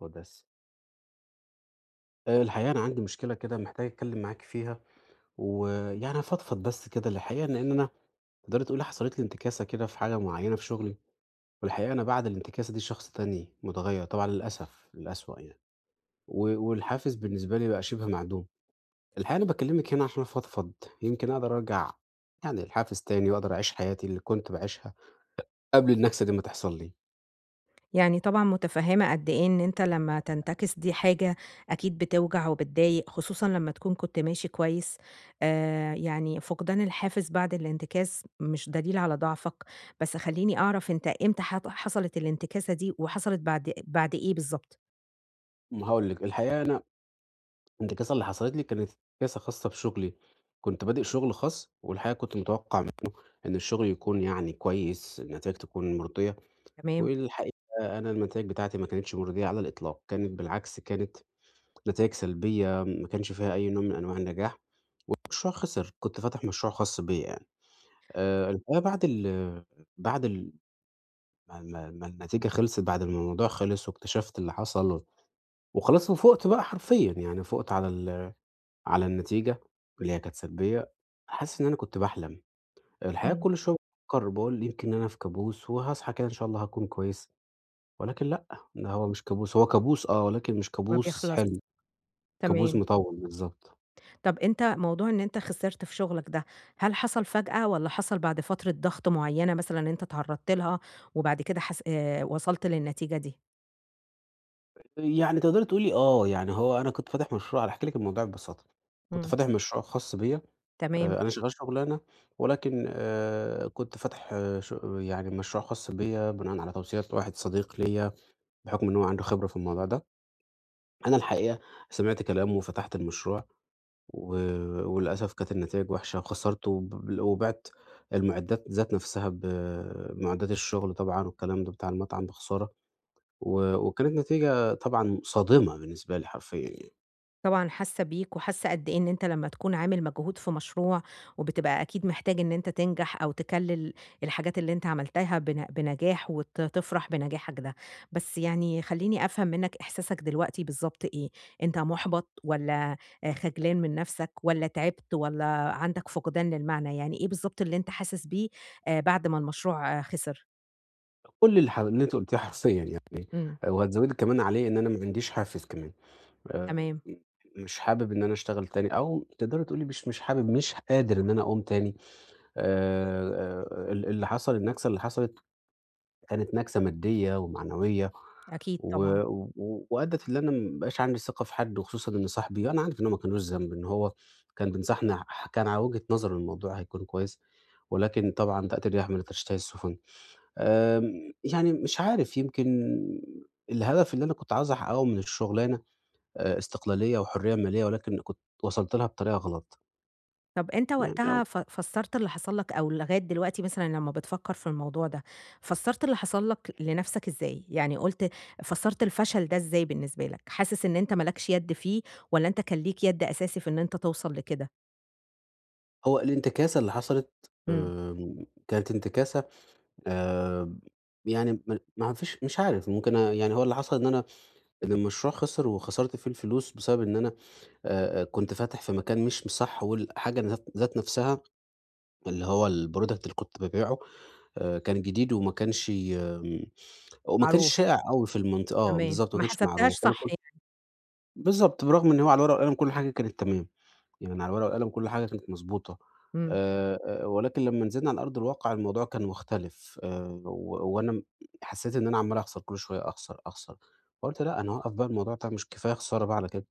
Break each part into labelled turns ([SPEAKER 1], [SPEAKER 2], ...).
[SPEAKER 1] وبس. الحقيقة أنا عندي مشكلة كده محتاج أتكلّم معاك فيها، ويعني أفضفض بس كده الحقيقة لإن أنا تقدري تقولي حصلت لي انتكاسة كده في حاجة معيّنة في شغلي، والحقيقة أنا بعد الانتكاسة دي شخص تاني متغيّر طبعًا للأسف، للأسوأ يعني، والحافز بالنسبة لي بقى شِبه معدوم. الحقيقة أنا باكلّمِك هنا عشان أفضفض، يمكن أقدر أرجع يعني لحافز تاني وأقدر أعيش حياتي اللي كنت باعيشها قبل النكسة دي ما تحصل لي.
[SPEAKER 2] يعني طبعًا متفهّمة قد إيه إن أنت لمّا تنتكس دي حاجة أكيد بتوجع وبتضايق، خصوصًا لمّا تكون كنت ماشي كويس، يعني فقدان الحافز بعد الانتكاس مش دليل على ضعفك، بس خلّيني أعرف أنت إمتى حصلت الانتكاسة دي وحصلت بعد إيه بالضبط؟
[SPEAKER 1] هاقول لِك، الحقيقة أنا الانتكاسة اللي حصلت لي كانت انتكاسة خاصة بشغلي، كنت بادئ شغل خاص والحقيقة كنت متوقع إن الشغل يكون يعني كويس، النتايج تكون مرضية،
[SPEAKER 2] تمام،
[SPEAKER 1] والحقيقة أنا النتايج بتاعتي ما كانتش مرضية على الإطلاق، كانت بالعكس كانت نتايج سلبية ما كانش فيها أي نوع من أنواع النجاح، المشروع خسر، كنت فاتح مشروع خاص بيّا يعني. الحقيقة بعد ال بعد ال ما ما ما النتيجة خلصت، بعد ما الموضوع خلص واكتشفت اللي حصل، وخلاص وفُقت بقى حرفيًا، يعني فُقت على النتيجة اللي هي كانت سلبية، حاسس إن أنا كنت باحلم. الحقيقة
[SPEAKER 2] إمم،
[SPEAKER 1] كل شوية بافكر باقول يمكن أنا في كابوس وهاصحى كده إن شاء الله هاكون كويس، ولكن لأ، ده هو مش كابوس، هو كابوس آه، ولكن مش
[SPEAKER 2] ما
[SPEAKER 1] كابوس
[SPEAKER 2] بيخلص،
[SPEAKER 1] حلم، كابوس
[SPEAKER 2] تمام.
[SPEAKER 1] مطوِّل بالضبط.
[SPEAKER 2] طَب أنت موضوع إن أنت خسرت في شغلك ده، هل حصل فجأة والّا حصل بعد فترة ضغط معيّنة مثلًا أنت اتعرّضت لها وبعد كده حس وصلت للنتيجة دي؟
[SPEAKER 1] يعني تقدري تقولي آه، يعني هو أنا كنت فاتح مشروع هاحكي لِك الموضوع ببساطة، كنت
[SPEAKER 2] إمم.
[SPEAKER 1] فاتح مشروع خاص بيّا.
[SPEAKER 2] تمام،
[SPEAKER 1] أنا شغال شغلانة ولكن كنت فاتح آه، ش يعني مشروع خاص بيّا بناءً على توصيات واحد صديق ليّا بحكم إن هو عنده خبرة في الموضوع ده، أنا الحقيقة سمعت كلامه وفتحت المشروع. و وللأسف كانت النتايج وحشة وخسرت وبِعت المعدات ذات نفسها، معدات الشغل طبعًا والكلام ده بتاع المطعم بخسارة، وكانت نتيجة طبعًا صادمة بالنسبة لي حرفيًا يعني.
[SPEAKER 2] طبعًا حاسة بيك وحاسة قد إيه إن أنت لمّا تكون عامل مجهود في مشروع، وبتبقى أكيد محتاج إن أنت تنجح أو تكلّل الحاجات اللي أنت عملتها بنجاح وت تفرح بنجاحك ده، بس يعني خلّيني أفهم منّك إحساسك دلوقتي بالضبط إيه، أنت مُحبَط والّا خجلان من نَفْسك والّا تعبت والّا عندك فقدان للمعنى، يعني إيه بالضبط اللي أنت حاسس بيه بعد ما المشروع آه، خسر؟
[SPEAKER 1] كل اللي أنتِ قُلتيه حرفيًا يعني،
[SPEAKER 2] إمم،
[SPEAKER 1] وهتزوّدي كمان عليه إن أنا ما عنديش حافز كمان، آآ
[SPEAKER 2] تمام،
[SPEAKER 1] مش حابب إن أنا أشتغل تاني أو تقدري تقولي مش حابب، مش قادر إن أنا أقوم تاني. آآ ال اللي حصل النكسة اللي حصلت كانت نكسة مادية ومعنوية
[SPEAKER 2] أكيد
[SPEAKER 1] و
[SPEAKER 2] طبعًا.
[SPEAKER 1] و وأدّت إن أنا ما بقاش عندي ثقة في حد وخصوصًا إن صاحبي أنا عارف إن هو ما كانوش ذنب، إن هو كان بينصحني، كان على وجهة نظره الموضوع هيكون كويس، ولكن طبعًا تأتي الرياح من تشتهي السفن. يعني مش عارف يمكن الهدف اللي أنا كنت عاوز أحققه من الشغلانة استقلالية وحرية مالية ولكن كنت وصلت لها بطريقة غلط،
[SPEAKER 2] طب أنت
[SPEAKER 1] يعني
[SPEAKER 2] وقتها فسّرت اللي حصل لك أو لغاية دلوقتي مثلًا لمّا بتفكّر في الموضوع ده، فسّرت اللي حصل لك لنَفْسك إزاي؟ يعني قُلت فسّرت الفشل ده إزاي بالنسبة لك؟ حاسس إن أنت ما لكش يد فيه والّا أنت كان ليك يد أساسي في إن أنت توصل لكده؟
[SPEAKER 1] هو الانتكاسة اللي حصلت
[SPEAKER 2] إمم،
[SPEAKER 1] كانت انتكاسة آآ يعني ما فيش مش عارف ممكن يعني هو اللي حصل إن المشروع خسر وخسرت فيه الفلوس بسبب إن أنا كنت فاتح في مكان مش صح والحاجة ذات نفسها اللي هو الproduct اللي كنت بابيعه كان جديد وما كانش
[SPEAKER 2] معروف،
[SPEAKER 1] شائع أوي في المنطقة آه
[SPEAKER 2] تمام،
[SPEAKER 1] بالضبط، ما
[SPEAKER 2] ما
[SPEAKER 1] كانش
[SPEAKER 2] حسبتهاش
[SPEAKER 1] معروف وأنا
[SPEAKER 2] صح
[SPEAKER 1] كنت
[SPEAKER 2] يعني،
[SPEAKER 1] بالضبط، برغم إن هو على الورقة والقلم كل حاجة كانت تمام، يعني على الورقة والقلم كل حاجة كانت مضبوطة.
[SPEAKER 2] إمم.
[SPEAKER 1] ولكن لمّا نزلنا على أرض الواقع الموضوع كان مختلف، و وأنا حسيت إن أنا عمّال أخسر كل شوية أخسر، أخسر، فقُلت لأ أنا هاوقّف بقى الموضوع ده مش كفاية خسارة بقى على كده.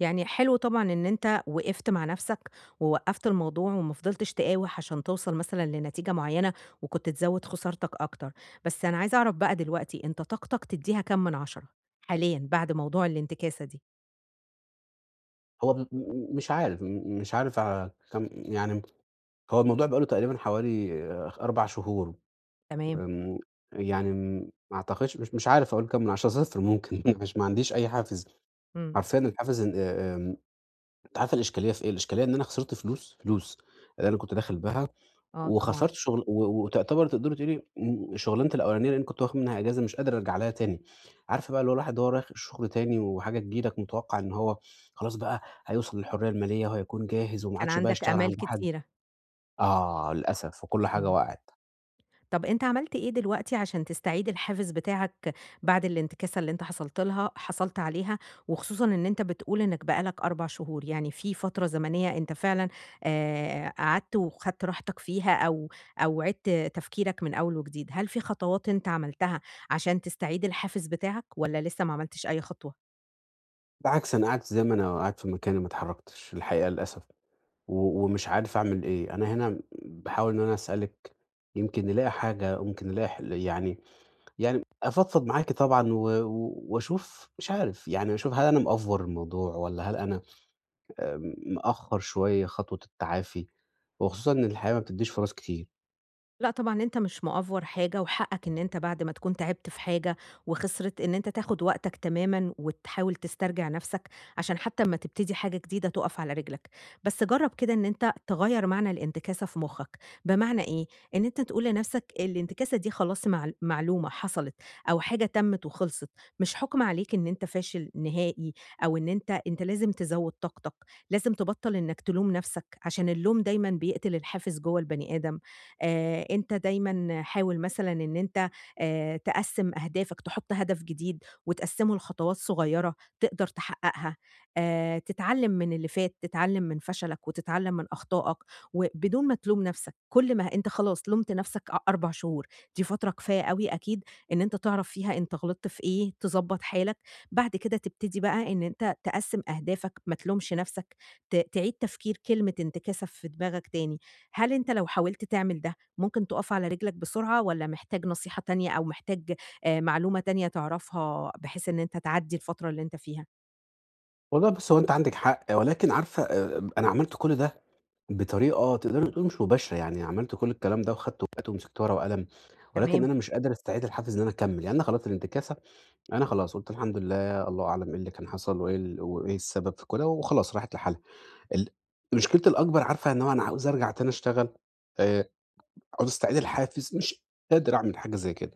[SPEAKER 2] يعني حلو طبعًا إن أنت وقفت مع نفسك، ووقّفت الموضوع وما فضلتش تقاوح عشان توصل مثلًا لنتيجة معيّنة، وكنت تزوّد خسارتك أكتر، بس أنا عايزة أعرف بقى دلوقتي أنت طاقتك تدّيها كام من 10 حاليًا بعد موضوع الانتكاسة دي؟
[SPEAKER 1] هو م م مش عارف مش عارف كام يعني هو الموضوع بقى له تقريبًا حوالي 4 شهور.
[SPEAKER 2] تمام،
[SPEAKER 1] آمم، يعني ما أعتقدش مش عارف أقول كام من 10، 0 ممكن مش ما عنديش أي حافز،
[SPEAKER 2] إمم،
[SPEAKER 1] حرفيًا الحافز إن آمم أنت عارفة الإشكالية في إيه؟ الإشكالية إن أنا خسرت فلوس، فلوس اللي أنا كنت داخل بها
[SPEAKER 2] آه طبعًا،
[SPEAKER 1] وخسرت شغل وتعتبر تقدري تقولي شغلانتي الأولانية لإني كنت واخد منها إجازة مش قادر أرجع لها تاني، عارفة بقى اللي هو الواحد وهو رايح الشغل تاني وحاجة تيجي لك متوقع إن هو خلاص بقى هيوصل للحرية المالية وهيكون جاهز وما
[SPEAKER 2] كان
[SPEAKER 1] عادش بقى
[SPEAKER 2] عندك
[SPEAKER 1] يشتغل عند
[SPEAKER 2] آمال
[SPEAKER 1] حد
[SPEAKER 2] كتيرة،
[SPEAKER 1] آه للأسف وكل حاجة
[SPEAKER 2] إمم.
[SPEAKER 1] وقعت.
[SPEAKER 2] طب أنت عملت إيه دلوقتي عشان تستعيد الحافز بتاعك بعد الانتكاسة اللي أنت حصلت عليها، وخصوصًا إن أنت بتقول إنك بقى لك 4 شهور، يعني في فترة زمنية أنت فعلًا قعدت وخدت راحتك فيها أو أو عِدت تفكيرك من أول وجديد، هل في خطوات أنت عملتها عشان تستعيد الحافز بتاعك والّا لسه ما عملتش أي خطوة؟
[SPEAKER 1] بالعكس أنا قعدت زي ما أنا قاعد في مكاني ما اتحركتش الحقيقة للأسف، ومش عارف أعمل إيه، أنا هنا باحاول إن أنا أسألِك يمكن نلاقي حاجة، ممكن نلاقي حل يعني، يعني أفضفض معاكِ طبعًا و و وأشوف مش عارف، يعني أشوف هل أنا مأفور الموضوع والّا هل أنا مأخّر شوية خطوة التعافي، وخصوصًا إن الحياة ما بتدّيش فرص كتير.
[SPEAKER 2] لأ طبعًا أنت مش مأفور حاجة، وحقك إن أنت بعد ما تكون تعبت في حاجة وخسرِت، إن أنت تاخد وقتك تمامًا وتحاول تسترجع نفسك، عشان حتى أمّا تبتدي حاجة جديدة تُقف على رجلك. بس جرّب كده إن أنت تغيّر معنى الانتكاسة في مخّك، بمعنى إيه؟ إن أنت تقول لنفسك الانتكاسة دي خلاص معلومة حصلت، أو حاجة تمت وخلصت، مش حُكم عليك إن أنت فاشل نهائي، أو إن أنت لازم تزوّد طاقتك، لازم تبطّل إنك تلوم نفسك، عشان اللوم دايمًا بيقتل الحافز جوّه البني آدم. أنت دايمًا حاول مثلًا إن أنت تقسّم أهدافك، تحُط هدف جديد وتقسّمه لخطوات صغيرة تقدر تحققها، تتعلّم من اللي فات، تتعلّم من فشلك وتتعلّم من أخطائك وبدون ما تلوم نَفْسك، كل ما أنت خلاص لُمت نَفْسك 4 شهور، دي فترة كفاية أوي أكيد إن أنت تعرف فيها أنت غلطت في إيه، تضبّط حالك، بعد كده تبتدي بقى إن أنت تقسّم أهدافك، ما تلومش نَفْسك، تعيد تفكير كلمة انتكاسة في دماغك تاني، هل أنت لو حاولت تعمل ده ممكن تُقف على رجلك بسرعة والّا محتاج نصيحة تانية أو محتاج معلومة تانية تعرفها بحيث إن أنت تعدّي الفترة اللي أنت فيها؟
[SPEAKER 1] والله بُصّي، هو أنتِ عندِك حق، ولكن عارفة، أنا عملت كل ده بطريقة تقدري تقولي مش مباشرة، يعني عملت كل الكلام ده وخدت وقت ومسكت ورقة وقلم، ولكن
[SPEAKER 2] تمام.
[SPEAKER 1] أنا مش قادر أستعيد الحافز إن أنا أكمّل، يعني أنا خلاص الانتكاسة أنا خلاص قُلت الحمد لله، الله أعلم إيه اللي كان حصل وإيه السبب في كده وخلاص راحت لحالها. ال مشكلتي الأكبر عارفة إن هو أنا عاوز أرجع تاني أشتغل، آآ عاوز أستعيد الحافز، مش قادر أعمل حاجة زي كده.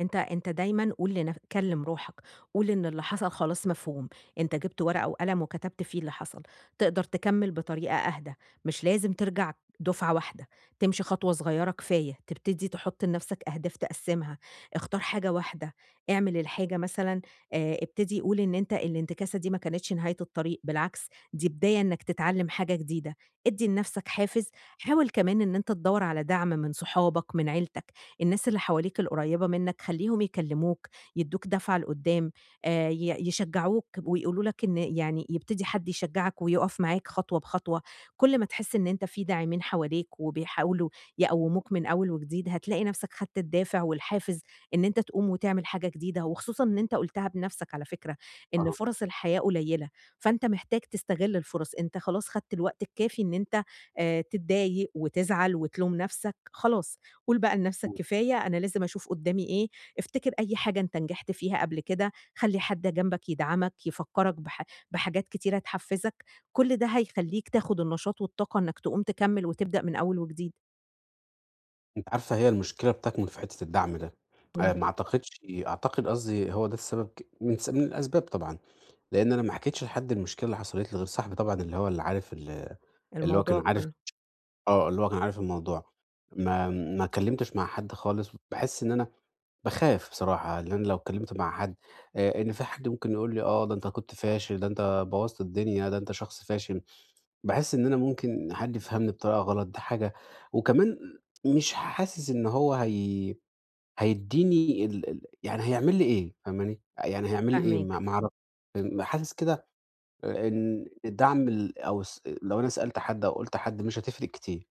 [SPEAKER 2] أنت دايمًا قُل لنف كلّم روحك، قُل إن اللي حصل خلاص مفهوم، أنت جِبت ورقة وقلم وكتبت فيه اللي حصل، تقدر تكمّل بطريقة أهدى، مش لازم ترجع دُفعة واحدة، تمشي خطوة صغيّرة كفاية، تبتدي تحُط لنفْسك أهداف تقسّمها، اختار حاجة واحدة، اعمل الحاجة مثلًا ابتدي قُل إن أنت الانتكاسة دي ما كانتش نهاية الطريق، بالعكس دي بداية إنك تتعلّم حاجة جديدة، ادّي لنفْسك حافز، حاول كمان إن أنت تدوّر على دعم من صحابك، من عيلتك. الناس اللي حواليك القريبة منك خلّيهم يكلّموك، يدّوك دفعة لقدّام، ي يشجّعوك ويقولوا لك إن يعني يبتدي حد يشجّعك ويُقف معاك خطوة بخطوة، كل ما تحس إن أنت في داعمين حواليك وبيحاولوا يقوّموك من أول وجديد، هتلاقي نَفْسك خدت الدافع والحافز إن أنت تقوم وتعمل حاجة جديدة، وخصوصًا إن أنت قُلتها بنَفْسك على فكرة، إن
[SPEAKER 1] أها.
[SPEAKER 2] فرص الحياة قليّلة، فأنت محتاج تستغل الفرص، أنت خلاص خدت الوقت الكافي إن أنت تتضايق وتزعل وتلوم نَفْسك، خلاص قُل بقى لنَفْسك
[SPEAKER 1] إمم.
[SPEAKER 2] كفاية أنا لازم أشوف قُدّامي إيه، افتكر أي حاجة أنت نجحت فيها قبل كده، خلّي حد جنبك يدعمك، يفكّرك بح بحاجات كتيرة تحفّزك، كل ده هيخلّيك تاخُد النشاط والطاقة إنّك تقوم تكمّل وتبدأ من أول وجديد.
[SPEAKER 1] أنتِ عارفة هي المشكلة بتكمن في حتّة الدعم ده،
[SPEAKER 2] إمم،
[SPEAKER 1] ما أعتقدش أعتقد قصدي هو ده السبب ك من س من الأسباب طبعًا، لإن أنا ما حكيتش لحد المشكلة اللي حصلت لي غير صاحبي طبعًا اللي هو
[SPEAKER 2] الموضوع
[SPEAKER 1] كان عارف
[SPEAKER 2] كُلّه
[SPEAKER 1] اللي هو كان عارف الموضوع. ما اتكلمتش مع حد خالص، باحس إن أنا باخاف بصراحة، لإن أنا لو اتكلمت مع حد، إن في حد ممكن يقول لي آه، ده أنت كنت فاشل، ده أنت بوّظت الدنيا، ده أنت شخص فاشل، باحس إن أنا ممكن حد يفهمني بطريقة غلط، دي حاجة، وكمان مش حاسس إن هو هيدّيني ال ال يعني هيعمل لي إيه، فاهماني؟ يعني هيعمل لي إيه
[SPEAKER 2] فاهماك.
[SPEAKER 1] ما أعرفش. حاسس كده آه، إن الدعم ال أو الس لو أنا سألت حد أو قُلت لحد مش هتفرق كتير.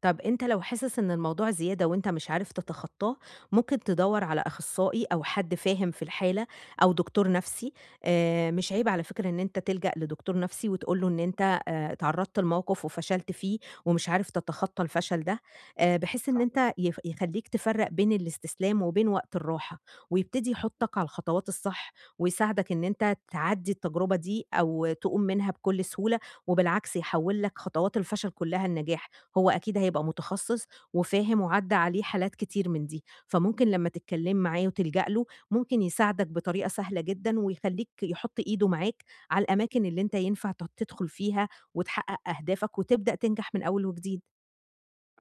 [SPEAKER 2] طب أنت لو حاسس إن الموضوع زيادة وأنت مش عارف تتخطاه، ممكن تدوّر على أخصائي أو حد فاهم في الحالة أو دكتور نفسي، مش عيب على فكرة إن أنت تلجأ لدكتور نفسي وتقول له إن أنت اتعرّضت لموقف وفشلت فيه ومش عارف تتخطى الفشل ده، بحيث إن أنت يخلّيك تفرّق بين الاستسلام وبين وقت الراحة، ويبتدي يحُطّك على الخطوات الصح ويساعدك إن أنت تعدّي التجربة دي أو تقوم منها بكل سهولة، وبالعكس يحوّل لك خطوات الفشل كلّها لنجاح. هو أكيد هيبقى متخصص وفاهم وعدّى عليه حالات كتير من دي، فممكن لمّا تتكلّم معاه وتلجأ له، ممكن يساعدك بطريقة سهلة جدًا ويخلّيك يحُط إيده معاك على الأماكن اللي أنت ينفع تدخُل فيها وتحقّق أهدافك وتبدأ تنجح من أول وجديد.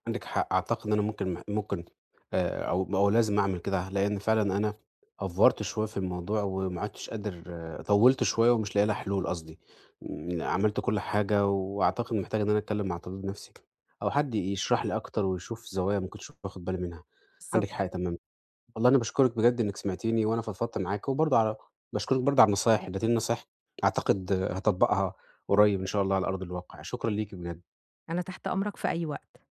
[SPEAKER 1] عندِك حق، أعتقد إن أنا ممكن أو أو لازم أعمل كده، لإن فعلًا أنا أفورت شوية في الموضوع وما عُدتش قادر آه، طوّلت شوية ومش لاقي لها حلول قصدي، إمم، عملت كل حاجة وأعتقد محتاج إن أنا أتكلم مع طبيب نفسي أو حد يشرح لي أكتر ويشوف زوايا ما كنتش واخد بالي منها. عندِك
[SPEAKER 2] بالضبط،
[SPEAKER 1] حق تمامًا. والله أنا باشكرِك بجد إنِك سمعتيني وأنا فضفضت معاكِ، وبرضه على باشكرِك برضه على النصايح، ادّيتيني نصايح أعتقد هاطبّقها قريب إن شاء الله على أرض الواقع. شكرًا ليكِ بجد.
[SPEAKER 2] أنا تحت أمرك في أي وقت.